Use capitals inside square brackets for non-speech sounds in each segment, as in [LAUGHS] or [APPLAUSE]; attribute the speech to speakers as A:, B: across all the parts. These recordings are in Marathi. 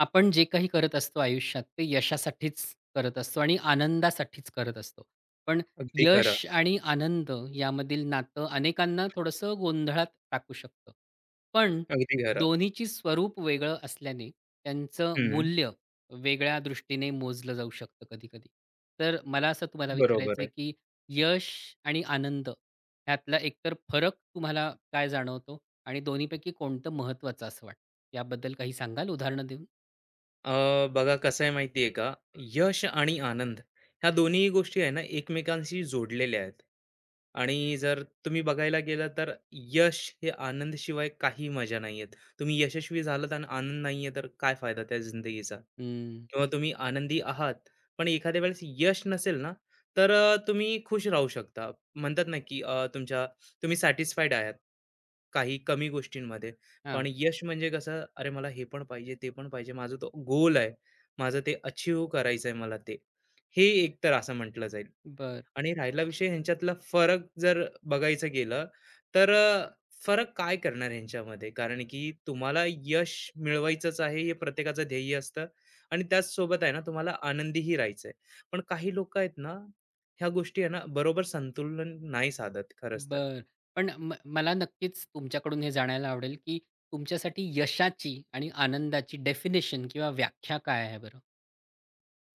A: आपण जे काही करत असतो आयुष्यात ते यशासाठीच करत असतो आणि आनंदासाठीच करत असतो. पण
B: अगदी खरं,
A: यश आणि आनंद यामधील नातं अनेकांना थोडंसं गोंधळात टाकू शकतं. पण
B: अगदी खरं.
A: दोन्हीची स्वरूप वेगळं असल्याने त्यांचं
B: हं,
A: मूल्य वेगळ्या दृष्टीने मोजलं जाऊ शकतं कधी-कधी. तर मला असं तुम्हाला
B: बरोबर
A: विचारायचं आहे,
B: आहे.
A: की यश आणि आनंद ह्यातला एकतर फरक तुम्हाला काय जाणवतो? आणि दोन्हीपैकी कोणतं महत्त्वाचं असं वाटतं? याबद्दल काही सांगाल उदाहरणं देऊन?
B: बघा कसं आहे माहिती आहे का, यश आणि आनंद ह्या दोन्ही गोष्टी आहे ना एकमेकांशी जोडलेल्या आहेत आणि जर तुम्ही बघायला गेलं तर यश हे आनंदशिवाय काही मजा नाही आहेत. तुम्ही यशस्वी झालात आणि आनंद नाही तर काय फायदा त्या जिंदगीचा?
A: हं.
B: किंवा तुम्ही आनंदी आहात, पण एखाद्या वेळेस यश नसेल ना, तर तुम्ही खुश राहू शकता. म्हणतात ना, की तुम्ही सॅटिस्फाईड आहात काही कमी गोष्टींमध्ये.
A: हां.
B: पण यश म्हणजे कसं, अरे मला हे पण पाहिजे, ते पण पाहिजे. माझा तो गोल आहे. माझं ते अचीव्ह करायचं आहे मला ते. हे एक तर असं म्हटलं जाईल.
A: बरं,
B: आणि राहिला विषय ह्यांच्यातला फरक जर बघायचं गेलं, तर फरक काय करणार ह्यांच्यामध्ये? कारण की तुम्हाला यश मिळवायचंच आहे, हे प्रत्येकाचं ध्येय असतं आणि त्याचसोबत आहे ना, तुम्हाला आनंदीही राहायचं पण काही लोकं आहेत ना, ह्या गोष्टी आहे ना, बरोबर संतुलन नाही साधत खरंच तर.
A: बरं. पण मला नक्कीच तुमच्याकडून हे जाणायला आवडेल, की तुमच्यासाठी यशाची आणि आनंदाची डेफिनिशन किंवा व्याख्या काय आहे बरं?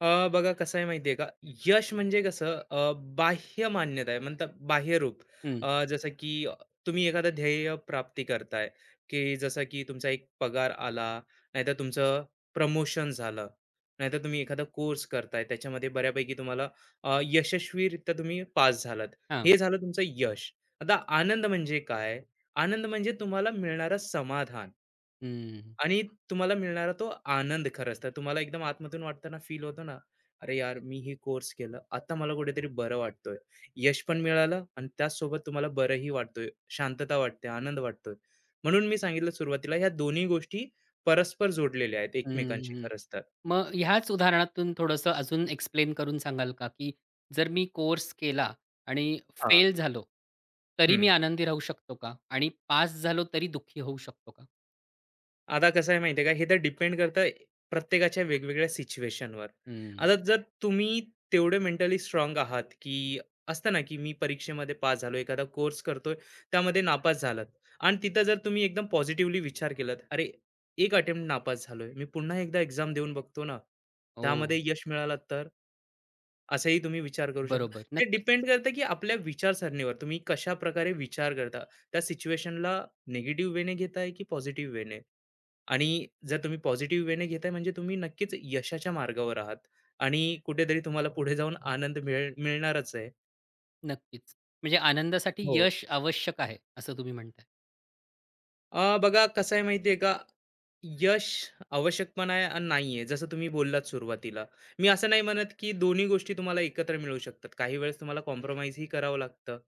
B: बघा कसं आहे माहिती का, यश म्हणजे कसं बाह्य मान्यता आहे म्हणतात बाह्यरूप.
A: हं.
B: जसं की तुम्ही एखादं ध्येय प्राप्ती करताय, की जसं की तुमचा एक पगार आला, नाहीतर तुमचं प्रमोशन झालं, नाहीतर तुम्ही एखादा कोर्स करताय त्याच्यामध्ये बऱ्यापैकी तुम्हाला यशस्वीरित्या तुम्ही पास झालात.
A: हां.
B: हे झालं तुमचं यश. आता आनंद म्हणजे काय? आनंद म्हणजे तुम्हाला मिळणारं समाधान.
A: हं.
B: आणि तुम्हाला मिळणारा तो आनंद खरंच तर तुम्हाला एकदम आतमधून वाटताना फील होतो ना, "अरे यार, मी हे कोर्स केलं. आता मला कुठेतरी बरं वाटतोय." यश पण मिळालं आणि त्याचसोबत तुम्हाला बरंही वाटतोय, शांतता वाटते, आनंद वाटतोय. म्हणून मी सांगितलं सुरुवातीला ह्या दोन्ही गोष्टी परस्पर जोडलेल्या आहेत
A: हं,
B: एकमेकांशी
A: हं.
B: खरंच तर.
A: मग ह्याच उदाहरणातून थोडंसं अजून एक्सप्लेन करून सांगाल का, की जर मी कोर्स केला आणि
B: हां.
A: फेल झालो, तरी मी आनंदी राहू शकतो का? आणि पास झालो तरी दुःखी होऊ शकतो का?
B: आता कसं आहे माहिती आहे का? हे तर डिपेंड करतं प्रत्येकाच्या वेगवेगळ्या सिच्युएशनवर.
A: हं.
B: आता जर तुम्ही तेवढे मेंटली स्ट्रॉंग आहात, की असतं ना, की मी परीक्षेमध्ये पास झालो, एखादा कोर्स करतोय, त्यामध्ये नापास झालात आणि तिथं जर तुम्ही एकदम पॉझिटिव्हली विचार केलात, "अरे, एक अटेम्प्ट नापास झालोय. मी पुन्हा एकदा एक्झाम देऊन बघतो ना,
A: हो.
B: त्यामध्ये यश मिळालं तर?" असाही तुम्ही विचार करू शकता.
A: बरोबर.
B: ते
A: नक्कीच.
B: डिपेंड करतं, की आपल्या विचारसरणीवर तुम्ही कशाप्रकारे विचार करता. त्या सिच्युएशनला निगेटिव्ह वेने घेताय, की पॉझिटिव्ह वेने? आणि जर तुम्ही पॉझिटिव्ह वेने घेताय म्हणजे तुम्ही नक्कीच यशाच्या मार्गावर आहात आणि कुठेतरी तुम्हाला पुढे जाऊन आनंद मिळणारच आहे.
A: नक्कीच. म्हणजे आनंदासाठी
B: हो.
A: यश आवश्यक आहे, असं तुम्ही म्हणताय.
B: बघा कसं आहे माहिती का, यश आवश्यक पण आहे आणि नाही जसं तुम्ही बोललात सुरुवातीला. मी असं नाही म्हणत, की दोन्ही गोष्टी तुम्हाला एकत्र मिळू शकतात. काही वेळेस तुम्हाला कॉम्प्रोमाईजही करावं लागतं.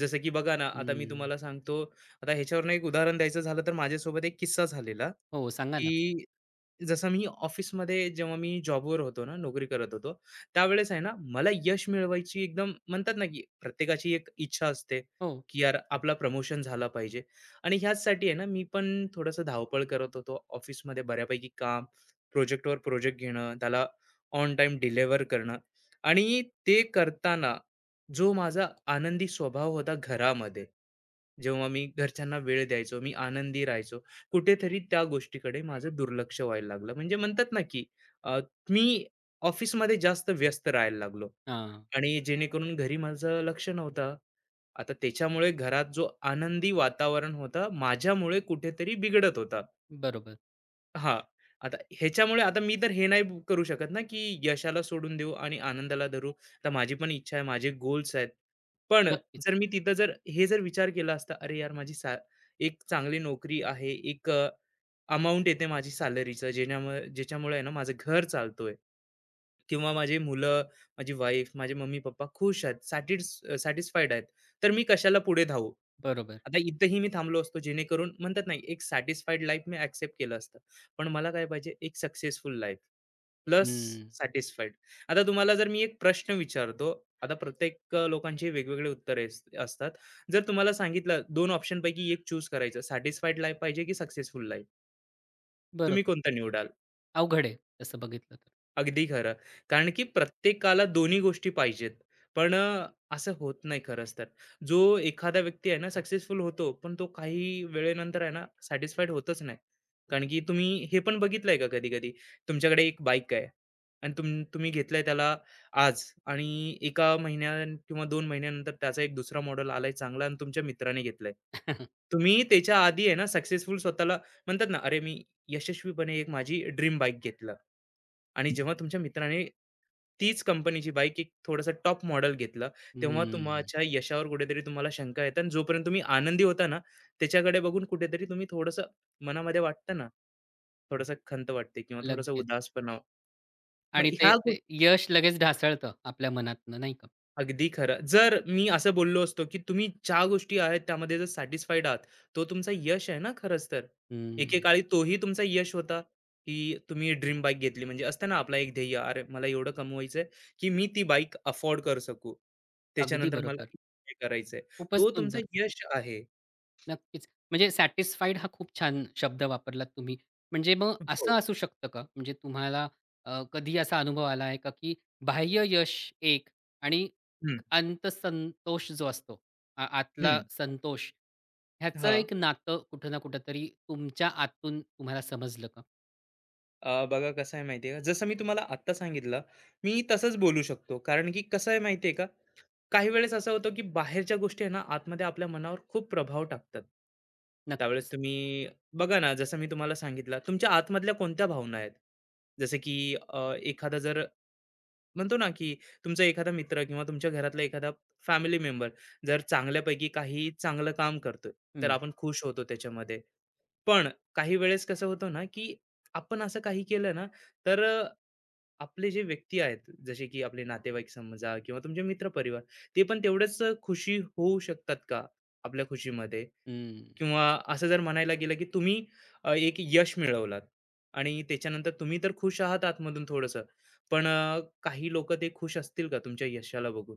B: जसं की बघा ना, आता मी
A: हं.
B: तुम्हाला सांगतो, आता ह्याच्यावरनं एक उदाहरण द्यायचं झालं तर माझ्यासोबत एक किस्सा झालेला,
A: हो, सांगा ना.
B: की जसं मी ऑफिसमध्ये जेव्हा मी जॉबवर होतो ना, नोकरी करत होतो, त्यावेळेस आहे ना, मला यश मिळवायची एकदम म्हणतात ना, की प्रत्येकाची एक इच्छा असते,
A: हो.
B: की यार आपला प्रमोशन झाला पाहिजे. आणि ह्याचसाठी आहे ना, मी पण थोडंसं धावपळ करत होतो. ऑफिसमध्ये बऱ्यापैकी काम, प्रोजेक्टवर प्रोजेक्ट घेणं, त्याला ऑन टाईम डिलिव्हर करणं आणि ते करताना जो माझा आनंदी स्वभाव होता घरामध्ये, जेव्हा मी घरच्यांना वेळ द्यायचो, मी आनंदी राहायचो. कुठेतरी त्या गोष्टीकडे माझं दुर्लक्ष व्हायला लागलं. म्हणजे म्हणतात ना, की अ, मी ऑफिसमध्ये जास्त व्यस्त राहायला लागलो
A: हां.
B: आणि जेणेकरून घरी माझं लक्ष नव्हतं. आता त्याच्यामुळे घरात जो आनंदी वातावरण होतं, माझ्यामुळे कुठेतरी बिघडत होता.
A: बरोबर.
B: हां. आता ह्याच्यामुळे आता मी तर हे नाही करू शकत ना, की यशाला सोडून देऊ आणि आनंदाला धरू. आता माझी पण इच्छा आहे, माझे गोल्स आहेत. पण
A: नक्कीच.
B: जर मी तिथं जर हे जर विचार केला असता, "अरे यार, माझी सा एक चांगली नोकरी आहे, एक अमाउंट येते माझी सॅलरीचं, जेण्यामुळे ज्याच्यामुळे आहे ना माझं घर चालतोय किंवा माझी मुलं, माझी वाईफ, माझे मम्मी-पप्पा खुश आहेत, सॅटिस्फाईड आहेत, तर मी कशाला पुढे धावू?"
A: बरोबर.
B: आता इथंही मी थांबलो असतो जेणेकरून म्हणतात नाही एक सॅटिस्फाईड लाईफ मी ऍक्सेप्ट केलं असतं पण मला काय पाहिजे एक सक्सेसफुल लाईफ प्लस
A: हं.
B: सॅटिस्फाईड. आता तुम्हाला जर मी एक प्रश्न विचारतो. आता प्रत्येक लोकांचे वेगवेगळे उत्तरे असतात. जर तुम्हाला सांगितलं दोन ऑप्शन पैकी एक चूज करायचं सॅटिस्फाईड लाईफ पाहिजे की सक्सेसफुल लाईफ तुम्ही
A: बरोबर.
B: कोणता निवडाल?
A: अवघड आहे तसं बघितलं तर.
B: अगदी खरं. कारण की प्रत्येकाला दोन्ही गोष्टी पाहिजेत. पण असं होत नाही खरंच तर. जो एखादा व्यक्ती आहे ना सक्सेसफुल होतो, पण तो काही वेळेनंतर आहे ना सॅटिस्फाईड होतच नाही. कारण की तुम्ही हे पण बघितलंय का कधी-कधी? तुमच्याकडे एक बाईक आहे आणि तुम्ही घेतलंय त्याला आज आणि 1 महिन्या किंवा 2 महिन्यानंतर त्याचा एक दुसरा मॉडेल आलाय चांगला आणि तुमच्या मित्राने घेतलाय.
A: [LAUGHS]
B: तुम्ही त्याच्या आधी आहे ना सक्सेसफुल स्वतःला म्हणतात ना, "अरे मी यशस्वीपणे एक माझी ड्रीम बाईक घेतलं आणि जेव्हा तुमच्या मित्राने तीच कंपनीची बाईक एक थोडंसं टॉप मॉडेल घेतलं, तेव्हा
A: हं.
B: तुमच्या यशावर कुठेतरी तुम्हाला शंका येतात आणि जोपर्यंत तुम्ही आनंदी होता ना, त्याच्याकडे बघून कुठेतरी तुम्ही थोडंसं मनामध्ये वाटतं ना, थोडंसं खंत वाटते किंवा थोडासा
A: लगेच
B: उदासपणा. मग
A: आणि
B: ह्या
A: ते ते यश लगेच ढासळतं आपल्या मनातनं, नाही का?
B: अगदी खरं. जर मी असं बोललो असतो, की तुम्ही ज्या गोष्टी आहेत त्यामध्ये जर सॅटिस्फाईड आहात, तो तुमचा यश आहे ना खरंच तर.
A: हं.
B: एकेकाळी तोही तुमचा यश होता, की तुम्ही ड्रीम बाईक घेतली म्हणजे असतं ना आपला एक ध्येय, "अरे मला एवढं कमवायचंय, की मी ती बाईक अफोर्ड करू शकू.
A: अगदी
B: त्याच्यानंतर मला
A: बरोबर.
B: हे करायचंय."
A: खूपच
B: तो तुमचा
A: सुंदर.
B: यश आहे.
A: नक्कीच. म्हणजे सॅटिस्फाईड हा खूप छान शब्द वापरलात तुम्ही. म्हणजे मग
B: हो.
A: असं असू शकतं का? म्हणजे तुम्हाला कधी असा अनुभव आला आहे का, की बाह्य यश एक आणि
B: हं,
A: एक अंतसंतोष जो असतो, आ
B: हं.
A: आतला संतोष, ह्याचं
B: हां.
A: एक नातं कुठं ना कुठेतरी तुमच्या आतून तुम्हाला समजलं का?
B: बघा कसं आहे माहिती का? जसं मी तुम्हाला आत्ता सांगितलं, मी तसंच बोलू शकतो. कारण की कसं आहे माहिती का? काही वेळेस असं होतं की बाहेरच्या गोष्टी आहे ना आतमध्ये आपल्या मनावर खूप प्रभाव टाकतात. त्यावेळेस
A: नक्कीच.
B: तुम्ही बघा ना, जसं मी तुम्हाला सांगितलं, तुमच्या आतमधल्या कोणत्या भावना आहेत? जसं की एखादा जर म्हणतो ना, की तुमचा एखादा मित्र किंवा तुमच्या घरातला एखादा फॅमिली मेंबर जर चांगल्यापैकी काही चांगलं काम करतोय, तर
A: हं,
B: आपण खुश होतो त्याच्यामध्ये. पण काही वेळेस कसं होतं ना, की आपण असं काही केलं ना, तर आपले जे व्यक्ती आहेत, जसे की आपले नातेवाईक समजा किंवा तुमचे मित्रपरिवार, ते पण तेवढेच खुशी होऊ शकतात का आपल्या खुशीमध्ये?
A: हं.
B: किंवा असं जर म्हणायला गेलं, की तुम्ही एक यश मिळवलात आणि त्याच्यानंतर तुम्ही तर खुश आहात आतमधून थोडंसं, पण काही लोकं ते खुश असतील का तुमच्या यशाला बघून?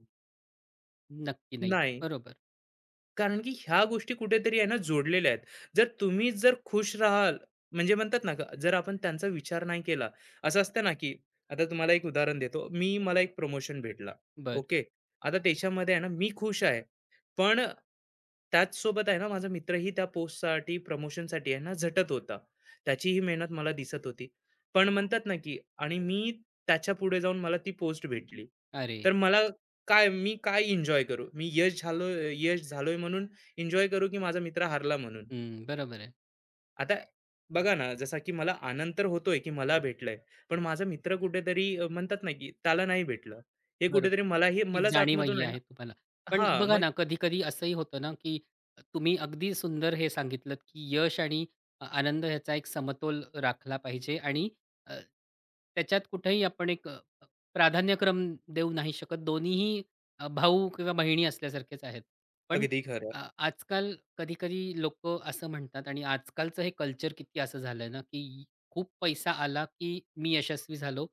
A: नक्की नाही.
B: नाही.
A: बरोबर.
B: कारण की ह्या गोष्टी कुठेतरी आहे ना जोडलेल्या आहेत. जर तुम्ही जर खुश राहाल म्हणजे म्हणतात ना, का जर आपण त्यांचा विचार नाही केला, असं असतं ना, की आता तुम्हाला एक उदाहरण देतो. मला एक प्रमोशन भेटला.
A: बरं.
B: ओके. आता त्याच्यामध्ये आहे ना मी खुश आहे. पण त्याचसोबत आहे ना माझा मित्रही त्या पोस्टसाठी, प्रमोशनसाठी आहे ना झटत होता. त्याचीही मेहनत मला दिसत होती. पण म्हणतात ना, की आणि मी त्याच्या पुढे जाऊन मला ती पोस्ट भेटली.
A: अरे!
B: तर मला काय मी काय एन्जॉय करू? मी यश झालो यश झालोय म्हणून एन्जॉय करू, की माझा मित्र हारला म्हणून?
A: हं, बरोबर आहे.
B: आता बघा ना, जसा की मला आनंद तर होतोय, की मला भेटलंय. पण माझा मित्र कुठेतरी म्हणतात ना, की त्याला नाही भेटलं. हे कुठेतरी
A: बरोबर. ती
B: मलाच आतमधून
A: जाणीवही
B: आहे
A: आहे
B: ना.
A: तुम्हाला. पण
B: हां,
A: बघा
B: मग
A: ना, कधी-कधी असंही होतं ना, की तुम्ही अगदी सुंदर हे सांगितलत, की यश आणि आनंद ह्याचा एक समतोल राखला पाहिजे आणि अ, त्याच्यात कुठेही आपण एक प्राधान्यक्रम देऊ नाही शकत. दोन्हीही भाऊ किंवा बहिणी असल्यासारखेच आहेत. पण
B: अगदी खरं.
A: आजकाल कधी-कधी लोकं असं म्हणतात आणि आजकालचं हे कल्चर किती असं झालंय ना, की खूप पैसा आला, की मी यशस्वी झालो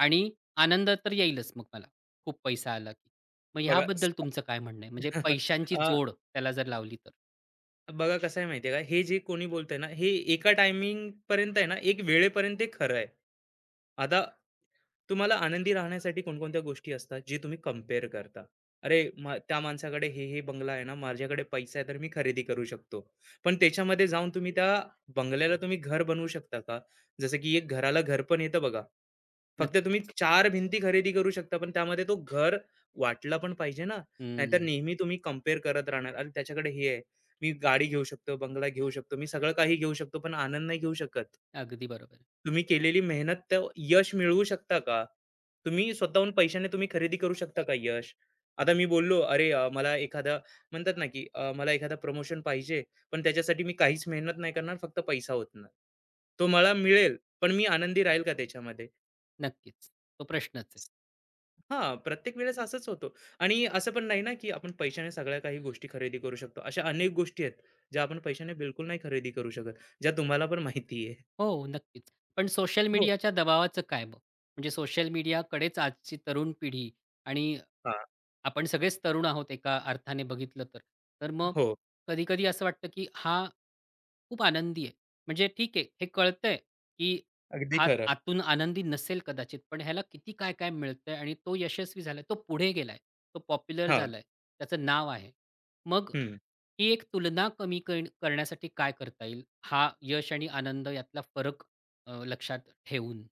A: आणि आनंद तर येईलच मग मला. खूप पैसा आला की. मग
B: बघा स
A: ह्याबद्दल तुमचं काय म्हणणं आहे? म्हणजे
B: [LAUGHS]
A: पैशांची
B: अ,
A: जोड त्याला जर लावली तर?
B: बघा कसं आहे माहिती आहे का, हे जे कोणी बोलतंय ना, हे एका टायमिंग पर्यंत आहे ना, एक वेळेपर्यंत ते खरं आहे. आता तुम्हाला आनंदी राहण्यासाठी कोणकोणत्या गोष्टी असतात, जे तुम्ही कंपेअर करता. अरे, त्या माणसाकडे हे बंगला आहे ना, माझ्याकडे पैसा आहे, तर मी खरेदी करू शकतो. पण त्याच्यामध्ये जाऊन तुम्ही त्या बंगल्याला तुम्ही घर बनवू शकता का? जसं की एक घराला घर पण येतं बघा. फक्त तुम्ही
A: नक्कीच.
B: 4 भिंती खरेदी करू शकता, पण त्यामध्ये तो घर वाटला पण पाहिजे ना, नाहीतर
A: हं.
B: नेहमी तुम्ही कंपेअर करत राहणार. अरे, त्याच्याकडे हे आहे, मी गाडी घेऊ शकतो, बंगला घेऊ शकतो, मी सगळं काही घेऊ शकतो, पण आनंद नाही घेऊ शकत.
A: अगदी बरोबर.
B: तुम्ही केलेली मेहनत तर यश मिळवू शकता का? तुम्ही स्वतःहून पैशाने तुम्ही खरेदी करू शकता का यश? आता मी बोललो, "अरे मला एखादा" म्हणतात ना, की "मला एखादा प्रमोशन पाहिजे, पण त्याच्यासाठी मी काहीच मेहनत नाही करणार, फक्त पैसा ओतणार. तो मला मिळेल, पण मी आनंदी राहील का त्याच्यामध्ये?"
A: नक्कीच. तो प्रश्नच आहे.
B: हां, प्रत्येक वेळेस असंच होतं आणि असं पण नाही ना, की आपण पैशाने सगळ्या काही गोष्टी खरेदी करू शकतो. अशा अनेक गोष्टी आहेत, ज्या आपण पैशाने बिलकुल नाही खरेदी करू शकत, ज्या तुम्हाला पण माहिती आहे.
A: हो, नक्कीच. पण सोशल
B: हो.
A: मीडियाच्या दबावाचं काय मग? म्हणजे सोशल मीडियाकडेच आजची तरुण पिढी आणि
B: हां,
A: आपण सगळेच तरुण आहोत एका अर्थाने बघितलं तर. तर मग
B: हो,
A: कधी-कधी असं वाटतं, की हा खूप आनंदी आहे. म्हणजे ठीक आहे, हे कळतंय, की
B: अगदी
A: हा
B: खरं.
A: आतून आनंदी नसेल कदाचित, पण ह्याला किती काय-काय मिळतंय आणि तो यशस्वी झालाय, तो पुढे गेलाय, तो पॉप्युलर
B: हां,
A: झालाय, त्याचं नाव आहे. मग
B: हं.
A: ही एक तुलना कमी करण्यासाठी काय करता येईल? हा यश आणि आनंद यातला फरक लक्षात ठेवून.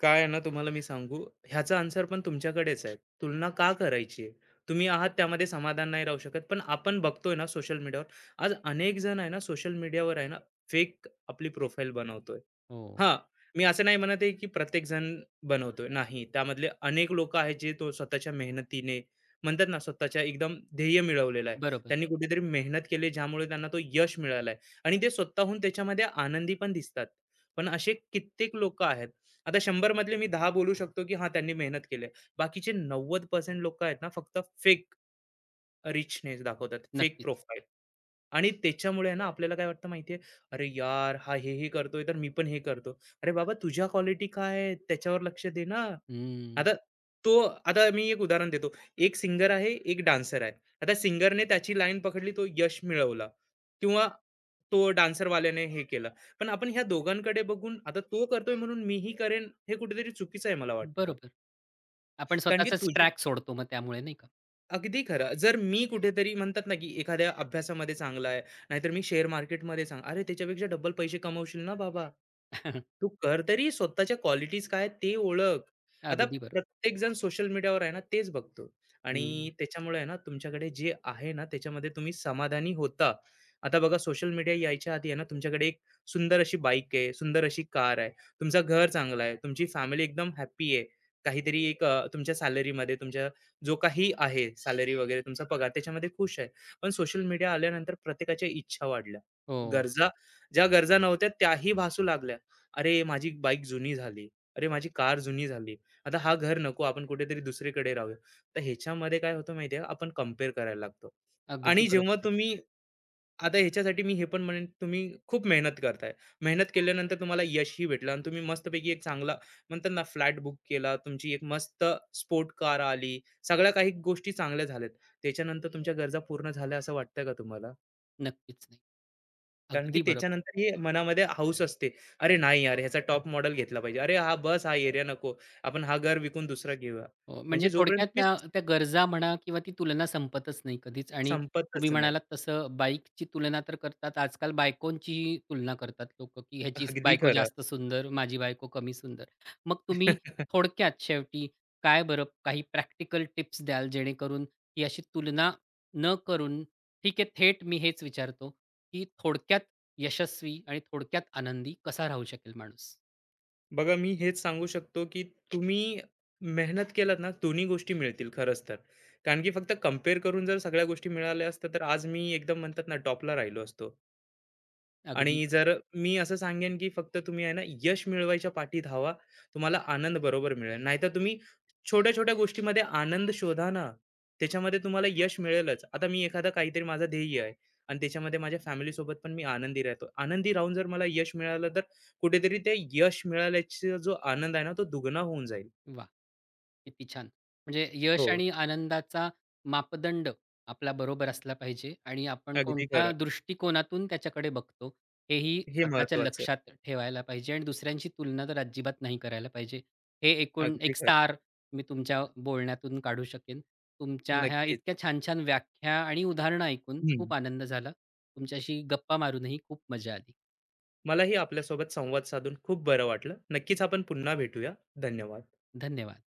B: काय आहे ना तुम्हाला मी सांगू, ह्याचा आन्सर पण तुमच्याकडेच आहे. तुलना का करायची आहे? तुम्ही आहात त्यामध्ये समाधान नाही राहू शकत. पण आपण बघतोय ना सोशल मीडियावर, आज अनेक जण आहे ना सोशल मीडियावर आहे ना फेक आपली प्रोफाईल बनवतोय.
A: हो.
B: हां, मी असं नाही म्हणत आहे की प्रत्येक जण बनवतोय. नाही, त्यामधले अनेक लोकं आहेत जे तो स्वतःच्या मेहनतीने म्हणतात ना स्वतःच्या एकदम ध्येय मिळवलेलं आहे.
A: बरोबर.
B: त्यांनी कुठेतरी मेहनत केली ज्यामुळे त्यांना तो यश मिळाला आणि ते स्वतःहून त्याच्यामध्ये आनंदी पण दिसतात. पण असे कित्येक लोकं आहेत आता 100 मधले मी 10 बोलू शकतो की हां, त्यांनी मेहनत केली आहे. बाकीचे 90% लोकं आहेत ना, फक्त फेक रिचनेस दाखवतात, फेक
A: नक्कीच.
B: प्रोफाईल. आणि त्याच्यामुळे आहे ना आपल्याला काय वाटतं माहिती आहे, "अरे यार, हे करतोय तर मी पण हे करतो." अरे बाबा तुझ्या क्वालिटी काय आहेत? त्याच्यावर लक्ष दे ना.
A: हं.
B: आता तो आता मी एक उदाहरण देतो. एक सिंगर आहे, एक डान्सर आहे. आता सिंगरने त्याची लाईन पकडली, तो यश मिळवला किंवा तो डान्सरवाल्याने हे केलं. पण आपण ह्या दोघांकडे बघून आता तो करतोय म्हणून मीही करेन, हे कुठेतरी चुकीचं आहे मला वाटतं.
A: बरोबर. आपण
B: कारण की
A: स्वतःचाच
B: तुझी
A: ट्रॅक सोडतो मग त्यामुळे नाही का?
B: अगदी खरं. जर मी कुठेतरी म्हणतात ना, की एखाद्या अभ्यासामध्ये चांगला आहे, नाहीतर मी शेअर मार्केटमध्ये चांगला अरे, त्याच्यापेक्षा डबल पैसे कमवशील ना बाबा.
A: [LAUGHS]
B: तू कर तरी स्वतःच्या क्वालिटीज काय आहेत ते ओळख. आता
A: अगदी बरोबर.
B: प्रत्येकजण सोशल मीडियावर आहे ना, तेच बघतो
A: हं.
B: आणि त्याच्यामुळे आहे ना, तुमच्याकडे जे आहे ना, त्याच्यामध्ये तुम्ही समाधानी होता. आता बघा सोशल मीडिया यायच्या आधी आहे ना, तुमच्याकडे एक सुंदर अशी बाईक आहे, सुंदर अशी कार आहे, तुमचं घर चांगलं आहे, तुमची फॅमिली एकदम हॅपी आहे. काहीतरी एक तुमच्या सॅलरीमध्ये तुमच्या जो काही आहे सॅलरी वगैरे तुमचा पगार त्याच्यामध्ये खुश आहे. पण सोशल मीडिया आल्यानंतर प्रत्येकाच्या इच्छा वाढल्या.
A: हो.
B: गरजा ज्या गरजा नव्हत्या त्याही भासू लागल्या. अरे, माझी बाईक जुनी झाली. अरे, माझी कार जुनी झाली. आता हा घर नको आपण कुठेतरी दुसरीकडे राहूया. तर ह्याच्यामध्ये काय होतं माहिती आपण कंपेअर करायला लागतो.
A: अगदी
B: आणि जेव्हा
A: बरोबर आहे.
B: तुम्ही आता ह्याच्यासाठी मी हे पण म्हणेन तुम्ही खूप मेहनत करताय. मेहनत केल्यानंतर तुम्हाला यशही भेटलं आणि तुम्ही मस्तपैकी एक चांगला म्हणतात ना फ्लॅट बुक केला, तुमची एक मस्त स्पोर्ट कार आली. सगळ्या काही गोष्टी चांगल्या झाल्यात. त्याच्यानंतर तुमच्या गरजा पूर्ण झाल्या असं वाटतंय का तुम्हाला?
A: नक्कीच नाही.
B: कारण की
A: अगदी बरोबर.
B: त्याच्यानंतर ही मनामध्ये हौस असते. "अरे नाही यार, ह्याचा टॉप मॉडेल घेतला पाहिजे. अरे हा बस, हा एरिया नको. आपण हा घर विकून दुसरा घेऊया."
A: हो,
B: म्हणजे
A: म्हणजे
B: जोपर्यंत
A: थोडक्यात
B: तुम्ही
A: त्या त्या गरजा म्हणा किंवा ती तुलना संपतच नाही कधीच आणि तुम्ही
B: संपतच नाही.
A: म्हणालात तसं बाईकची तुलना तर करतात. आजकाल बायकोंचीही तुलना करतात लोकं, की ह्याची
B: अगदी
A: बायको
B: खरं.
A: जास्त सुंदर, माझी बायको कमी सुंदर. मग तुम्ही
B: [LAUGHS]
A: थोडक्यात शेवटी काय बरं काही प्रॅक्टिकल टिप्स द्याल जेणेकरून ही अशी तुलना न करून ठीक आहे थेट मी हेच विचारतो, की थोडक्यात यशस्वी आणि थोडक्यात आनंदी कसा राहू शकेल माणूस?
B: बघा मी हेच सांगू शकतो की तुम्ही मेहनत केलात ना दोन्ही गोष्टी मिळतील खरंच तर कारण की फक्त कम्पेअर करून जर सगळ्या गोष्टी मिळाल्या असत्या तर आज मी एकदम म्हणतात ना टॉपला राहिलो असतो.
A: अगदी
B: आणि
A: बरोबर.
B: जर मी असं सांगेन की फक्त तुम्ही आहे ना यश मिळवायच्या पाठी धावा, तुम्हाला आनंद बरोबर मिळेल. नाहीतर तुम्ही छोट्या-छोट्या गोष्टीमध्ये आनंद शोधा ना, त्याच्यामध्ये तुम्हाला यश मिळेलच. आता मी एखादा काहीतरी माझं ध्येय आहे आणि त्याच्यामध्ये माझ्या फॅमिलीसोबत पण मी आनंदी राहतो. आनंदी राहून जर मला यश मिळालं तर कुठेतरी ते यश मिळाल्याचा जो आनंद आहे ना, तो दुगणा होऊन जाईल.
A: वाह! किती छान! म्हणजे यश
B: हो.
A: आणि आनंदाचा मापदंड आपला बरोबर असला पाहिजे आणि आपण
B: अगदी
A: कोणत्या
B: खरं.
A: दृष्टिकोनातून त्याच्याकडे बघतो, हेही
B: हे
A: स्वतःच्या
B: महत्वाचं. आहे.
A: लक्षात ठेवायला पाहिजे आणि दुसऱ्यांशी तुलना तर अजिबात नाही करायला पाहिजे. हे एकूण
B: अगदी
A: एक
B: खरं.
A: सार मी तुमच्या बोलण्यातून काढू शकेन. तुमच्या ह्या
B: नक्कीच.
A: इतक्या छान-छान व्याख्या आणि उदाहरणं ऐकून
B: हं.
A: खूप आनंद झाला. तुमच्याशी गप्पा मारूनही खूप मजा आली.
B: मलाही आपल्यासोबत संवाद साधून खूप बरं वाटलं. नक्कीच आपण पुन्हा भेटूया. धन्यवाद.
A: धन्यवाद.